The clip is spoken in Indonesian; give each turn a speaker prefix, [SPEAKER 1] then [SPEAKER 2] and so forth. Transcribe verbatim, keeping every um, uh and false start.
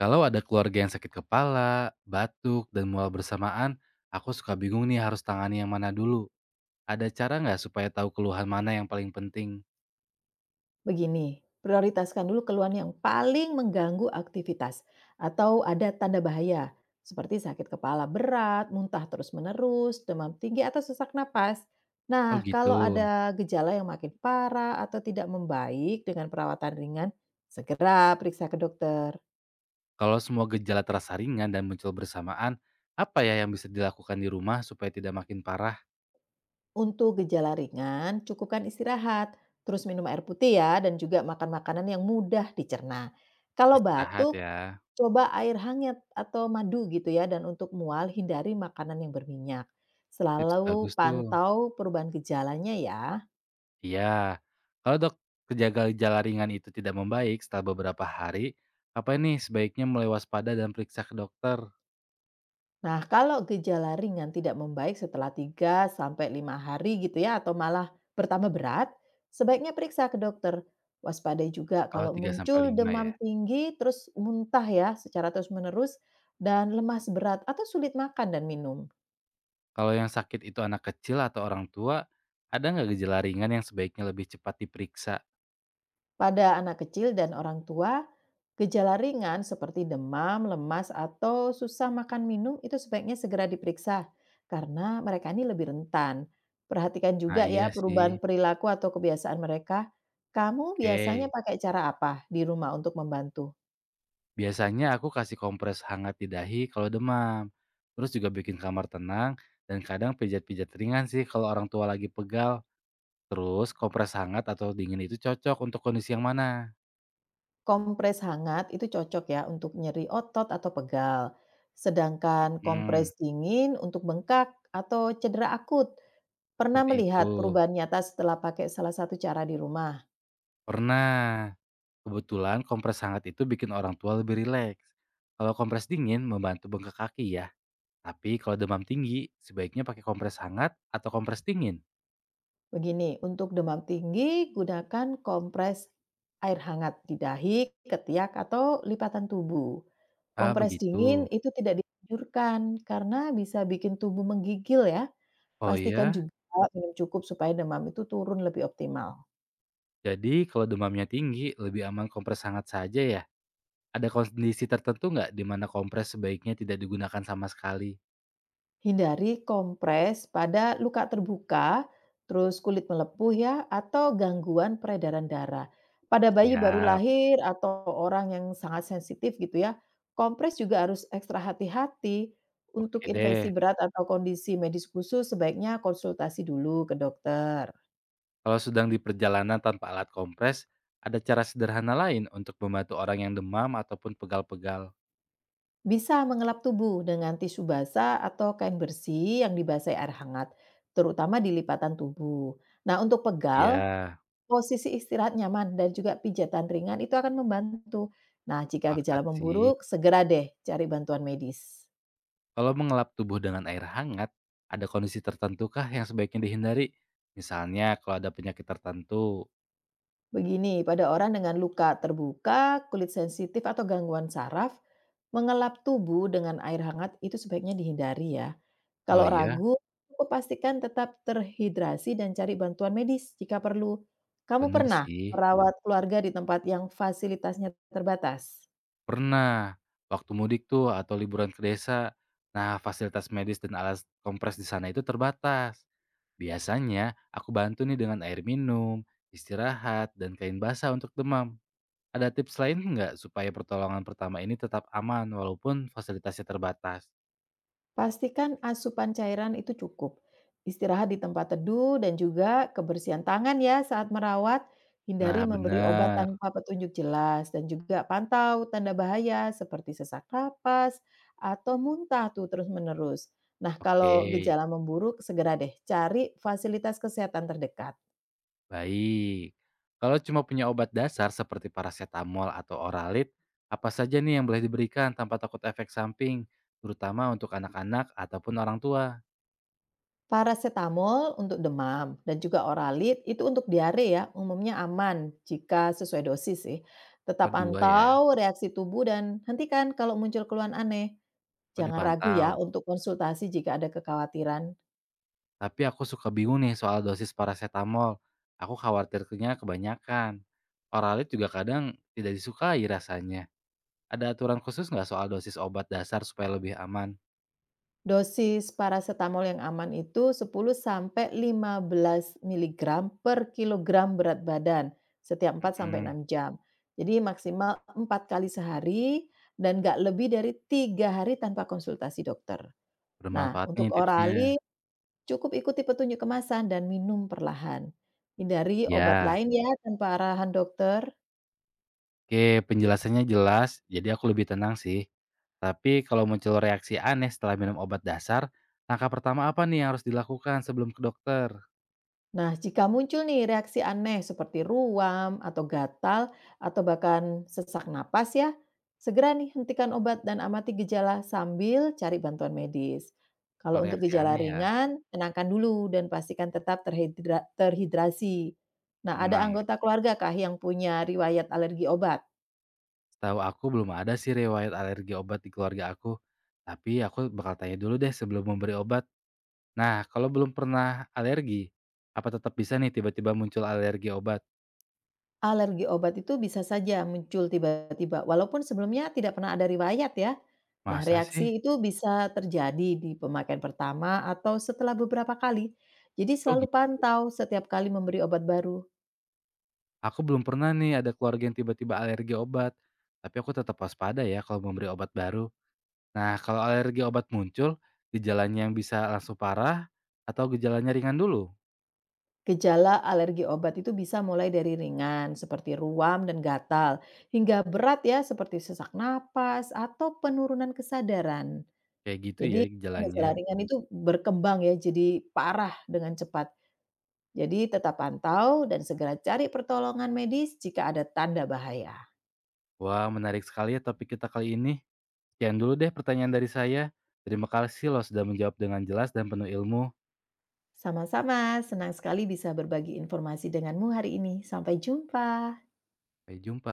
[SPEAKER 1] Kalau ada keluarga yang sakit kepala, batuk, dan mual bersamaan, aku suka bingung nih harus tangani yang mana dulu. Ada cara nggak supaya tahu keluhan mana yang paling penting?
[SPEAKER 2] Begini, prioritaskan dulu keluhan yang paling mengganggu aktivitas atau ada tanda bahaya seperti sakit kepala berat, muntah terus-menerus, demam tinggi atau sesak napas.
[SPEAKER 1] Oh
[SPEAKER 2] Nah,
[SPEAKER 1] gitu.
[SPEAKER 2] kalau ada gejala yang makin parah atau tidak membaik dengan perawatan ringan, segera periksa ke dokter.
[SPEAKER 1] Kalau semua gejala terasa ringan dan muncul bersamaan, apa ya yang bisa dilakukan di rumah supaya tidak makin parah?
[SPEAKER 2] Untuk gejala ringan, cukupkan istirahat, terus minum air putih ya, dan juga makan makanan yang mudah dicerna. Kalau
[SPEAKER 1] Istirahat
[SPEAKER 2] batuk,
[SPEAKER 1] ya.
[SPEAKER 2] coba air hangat atau madu gitu ya, dan untuk mual hindari makanan yang berminyak.
[SPEAKER 1] Tips
[SPEAKER 2] Selalu
[SPEAKER 1] bagus tuh.
[SPEAKER 2] pantau perubahan gejalanya ya.
[SPEAKER 1] Iya. Kalau dok Kejaga gejala ringan itu tidak membaik setelah beberapa hari, apa ini sebaiknya mulai waspada dan periksa ke dokter?
[SPEAKER 2] Nah, kalau gejala ringan tidak membaik setelah tiga sampai lima hari gitu ya atau malah bertambah berat, sebaiknya periksa ke dokter. Waspadai juga
[SPEAKER 1] Oh,
[SPEAKER 2] kalau
[SPEAKER 1] tiga sampai
[SPEAKER 2] muncul
[SPEAKER 1] lima
[SPEAKER 2] demam
[SPEAKER 1] ya.
[SPEAKER 2] tinggi terus muntah ya secara terus-menerus dan lemas berat atau sulit makan dan minum.
[SPEAKER 1] Kalau yang sakit itu anak kecil atau orang tua, ada nggak gejala ringan yang sebaiknya lebih cepat diperiksa?
[SPEAKER 2] Pada anak kecil dan orang tua, gejala ringan seperti demam, lemas, atau susah makan minum itu sebaiknya segera diperiksa karena mereka ini lebih rentan. Perhatikan
[SPEAKER 1] Nah
[SPEAKER 2] juga
[SPEAKER 1] iya
[SPEAKER 2] ya
[SPEAKER 1] sih,
[SPEAKER 2] perubahan perilaku atau kebiasaan mereka. Kamu biasanya
[SPEAKER 1] oke.
[SPEAKER 2] pakai cara apa di rumah untuk membantu?
[SPEAKER 1] Biasanya aku kasih kompres hangat di dahi kalau demam, terus juga bikin kamar tenang, dan kadang pijat-pijat ringan sih kalau orang tua lagi pegal. Terus kompres hangat atau dingin itu cocok untuk kondisi yang mana?
[SPEAKER 2] Kompres hangat itu cocok ya untuk nyeri otot atau pegal. Sedangkan
[SPEAKER 1] Hmm,
[SPEAKER 2] kompres dingin untuk bengkak atau cedera akut. Pernah
[SPEAKER 1] seperti itu.
[SPEAKER 2] melihat perubahan nyata setelah pakai salah satu cara di rumah?
[SPEAKER 1] Pernah. Kebetulan kompres hangat itu bikin orang tua lebih rileks. Kalau kompres dingin membantu bengkak kaki ya. Tapi kalau demam tinggi, sebaiknya pakai kompres hangat atau kompres dingin?
[SPEAKER 2] Begini, untuk demam tinggi gunakan kompres air hangat di dahi, ketiak, atau lipatan tubuh.
[SPEAKER 1] Ah,
[SPEAKER 2] Kompres dingin
[SPEAKER 1] begitu.
[SPEAKER 2] itu tidak dianjurkan karena bisa bikin tubuh menggigil ya.
[SPEAKER 1] Oh
[SPEAKER 2] Pastikan
[SPEAKER 1] ya?
[SPEAKER 2] juga minum cukup supaya demam itu turun lebih optimal.
[SPEAKER 1] Jadi kalau demamnya tinggi, lebih aman kompres hangat saja ya? Ada kondisi tertentu nggak di mana kompres sebaiknya tidak digunakan sama sekali?
[SPEAKER 2] Hindari kompres pada luka terbuka, terus kulit melepuh ya, atau gangguan peredaran darah. Pada bayi baru
[SPEAKER 1] Siap.
[SPEAKER 2] lahir atau orang yang sangat sensitif gitu ya, kompres juga harus ekstra hati-hati. Untuk
[SPEAKER 1] Oke
[SPEAKER 2] infeksi
[SPEAKER 1] deh.
[SPEAKER 2] berat atau kondisi medis khusus sebaiknya konsultasi dulu ke dokter.
[SPEAKER 1] Kalau sedang di perjalanan tanpa alat kompres, ada cara sederhana lain untuk membantu orang yang demam ataupun pegal-pegal?
[SPEAKER 2] Bisa mengelap tubuh dengan tisu basah atau kain bersih yang dibasahi air hangat, terutama di lipatan tubuh. Nah, untuk pegal,
[SPEAKER 1] Iya,
[SPEAKER 2] posisi istirahat nyaman dan juga pijatan ringan itu akan membantu. Nah, jika gejala
[SPEAKER 1] pakat sih.
[SPEAKER 2] memburuk, segera deh cari bantuan medis.
[SPEAKER 1] Kalau mengelap tubuh dengan air hangat, ada kondisi tertentu kah yang sebaiknya dihindari? Misalnya kalau ada penyakit tertentu.
[SPEAKER 2] Begini, pada orang dengan luka terbuka, kulit sensitif atau gangguan saraf, mengelap tubuh dengan air hangat itu sebaiknya dihindari ya.
[SPEAKER 1] Oh
[SPEAKER 2] Kalau
[SPEAKER 1] iya,
[SPEAKER 2] ragu, cukup pastikan tetap terhidrasi dan cari bantuan medis jika perlu. Kamu
[SPEAKER 1] bener
[SPEAKER 2] pernah
[SPEAKER 1] sih.
[SPEAKER 2] merawat keluarga di tempat yang fasilitasnya terbatas?
[SPEAKER 1] Pernah, waktu mudik tuh atau liburan ke desa. Nah, fasilitas medis dan alas kompres di sana itu terbatas. Biasanya aku bantu nih dengan air minum, istirahat, dan kain basah untuk demam. Ada tips lain nggak supaya pertolongan pertama ini tetap aman walaupun fasilitasnya terbatas?
[SPEAKER 2] Pastikan asupan cairan itu cukup. Istirahat di tempat teduh dan juga kebersihan tangan ya saat merawat. Hindari
[SPEAKER 1] Nah,
[SPEAKER 2] memberi obat
[SPEAKER 1] bener.
[SPEAKER 2] tanpa petunjuk jelas dan juga pantau tanda bahaya seperti sesak napas atau muntah tuh terus-menerus. Nah,
[SPEAKER 1] Oke.
[SPEAKER 2] kalau gejala memburuk segera deh cari fasilitas kesehatan terdekat.
[SPEAKER 1] Baik. Kalau cuma punya obat dasar seperti paracetamol atau oralit, apa saja nih yang boleh diberikan tanpa takut efek samping, terutama untuk anak-anak ataupun orang tua?
[SPEAKER 2] Parasetamol untuk demam dan juga Oralit itu untuk diare ya, umumnya aman jika sesuai dosis sih. Tetap
[SPEAKER 1] Oh, dua ya.
[SPEAKER 2] pantau reaksi tubuh dan hentikan kalau muncul keluhan aneh.
[SPEAKER 1] Oh,
[SPEAKER 2] Jangan ragu ya
[SPEAKER 1] dipantau.
[SPEAKER 2] untuk konsultasi jika ada kekhawatiran.
[SPEAKER 1] Tapi aku suka bingung nih soal dosis paracetamol. Aku khawatirnya kebanyakan. Oralit juga kadang tidak disukai rasanya. Ada aturan khusus nggak soal dosis obat dasar supaya lebih aman?
[SPEAKER 2] Dosis parasetamol yang aman itu sepuluh sampai lima belas miligram per kilogram berat badan setiap empat sampai
[SPEAKER 1] Mm-mm.
[SPEAKER 2] enam jam. Jadi maksimal empat kali sehari dan nggak lebih dari tiga hari tanpa konsultasi dokter. Nah,
[SPEAKER 1] Bermanfaat
[SPEAKER 2] untuk
[SPEAKER 1] nih tipsnya.
[SPEAKER 2] orali cukup ikuti petunjuk kemasan dan minum perlahan. Hindari obat
[SPEAKER 1] Ya.
[SPEAKER 2] lain ya tanpa arahan dokter.
[SPEAKER 1] Oke, penjelasannya jelas, jadi aku lebih tenang sih. Tapi kalau muncul reaksi aneh setelah minum obat dasar, langkah pertama apa nih yang harus dilakukan sebelum ke dokter?
[SPEAKER 2] Nah, jika muncul nih reaksi aneh seperti ruam atau gatal atau bahkan sesak napas ya, segera nih hentikan obat dan amati gejala sambil cari bantuan medis. Kalau
[SPEAKER 1] Kalau
[SPEAKER 2] untuk
[SPEAKER 1] reaksi
[SPEAKER 2] gejala
[SPEAKER 1] aneh ya,
[SPEAKER 2] ringan, tenangkan dulu dan pastikan tetap terhidra- terhidrasi. Nah, ada
[SPEAKER 1] tenang.
[SPEAKER 2] anggota keluarga kah yang punya riwayat alergi obat?
[SPEAKER 1] Setahu aku belum ada sih riwayat alergi obat di keluarga aku. Tapi aku bakal tanya dulu deh sebelum memberi obat. Nah, kalau belum pernah alergi, apa tetap bisa nih tiba-tiba muncul alergi obat?
[SPEAKER 2] Alergi obat itu bisa saja muncul tiba-tiba, walaupun sebelumnya tidak pernah ada riwayat ya. Nah,
[SPEAKER 1] Masa sih?
[SPEAKER 2] reaksi itu bisa terjadi di pemakaian pertama atau setelah beberapa kali. Jadi
[SPEAKER 1] Oh
[SPEAKER 2] selalu
[SPEAKER 1] gitu.
[SPEAKER 2] pantau setiap kali memberi obat baru.
[SPEAKER 1] Aku belum pernah nih ada keluarga yang tiba-tiba alergi obat. Tapi aku tetap waspada ya kalau memberi obat baru. Nah, kalau alergi obat muncul, gejalanya yang bisa langsung parah atau gejalanya ringan dulu?
[SPEAKER 2] Gejala alergi obat itu bisa mulai dari ringan seperti ruam dan gatal, hingga berat ya seperti sesak napas atau penurunan kesadaran.
[SPEAKER 1] Kayak gitu ya
[SPEAKER 2] Jadi
[SPEAKER 1] gejalanya.
[SPEAKER 2] gejala ringan itu berkembang ya, jadi parah dengan cepat. Jadi tetap pantau dan segera cari pertolongan medis jika ada tanda bahaya.
[SPEAKER 1] Wah, menarik sekali ya topik kita kali ini. Sekian dulu deh pertanyaan dari saya. Terima kasih loh sudah menjawab dengan jelas dan penuh ilmu.
[SPEAKER 2] Sama-sama, senang sekali bisa berbagi informasi denganmu hari ini. Sampai jumpa.
[SPEAKER 1] Sampai jumpa.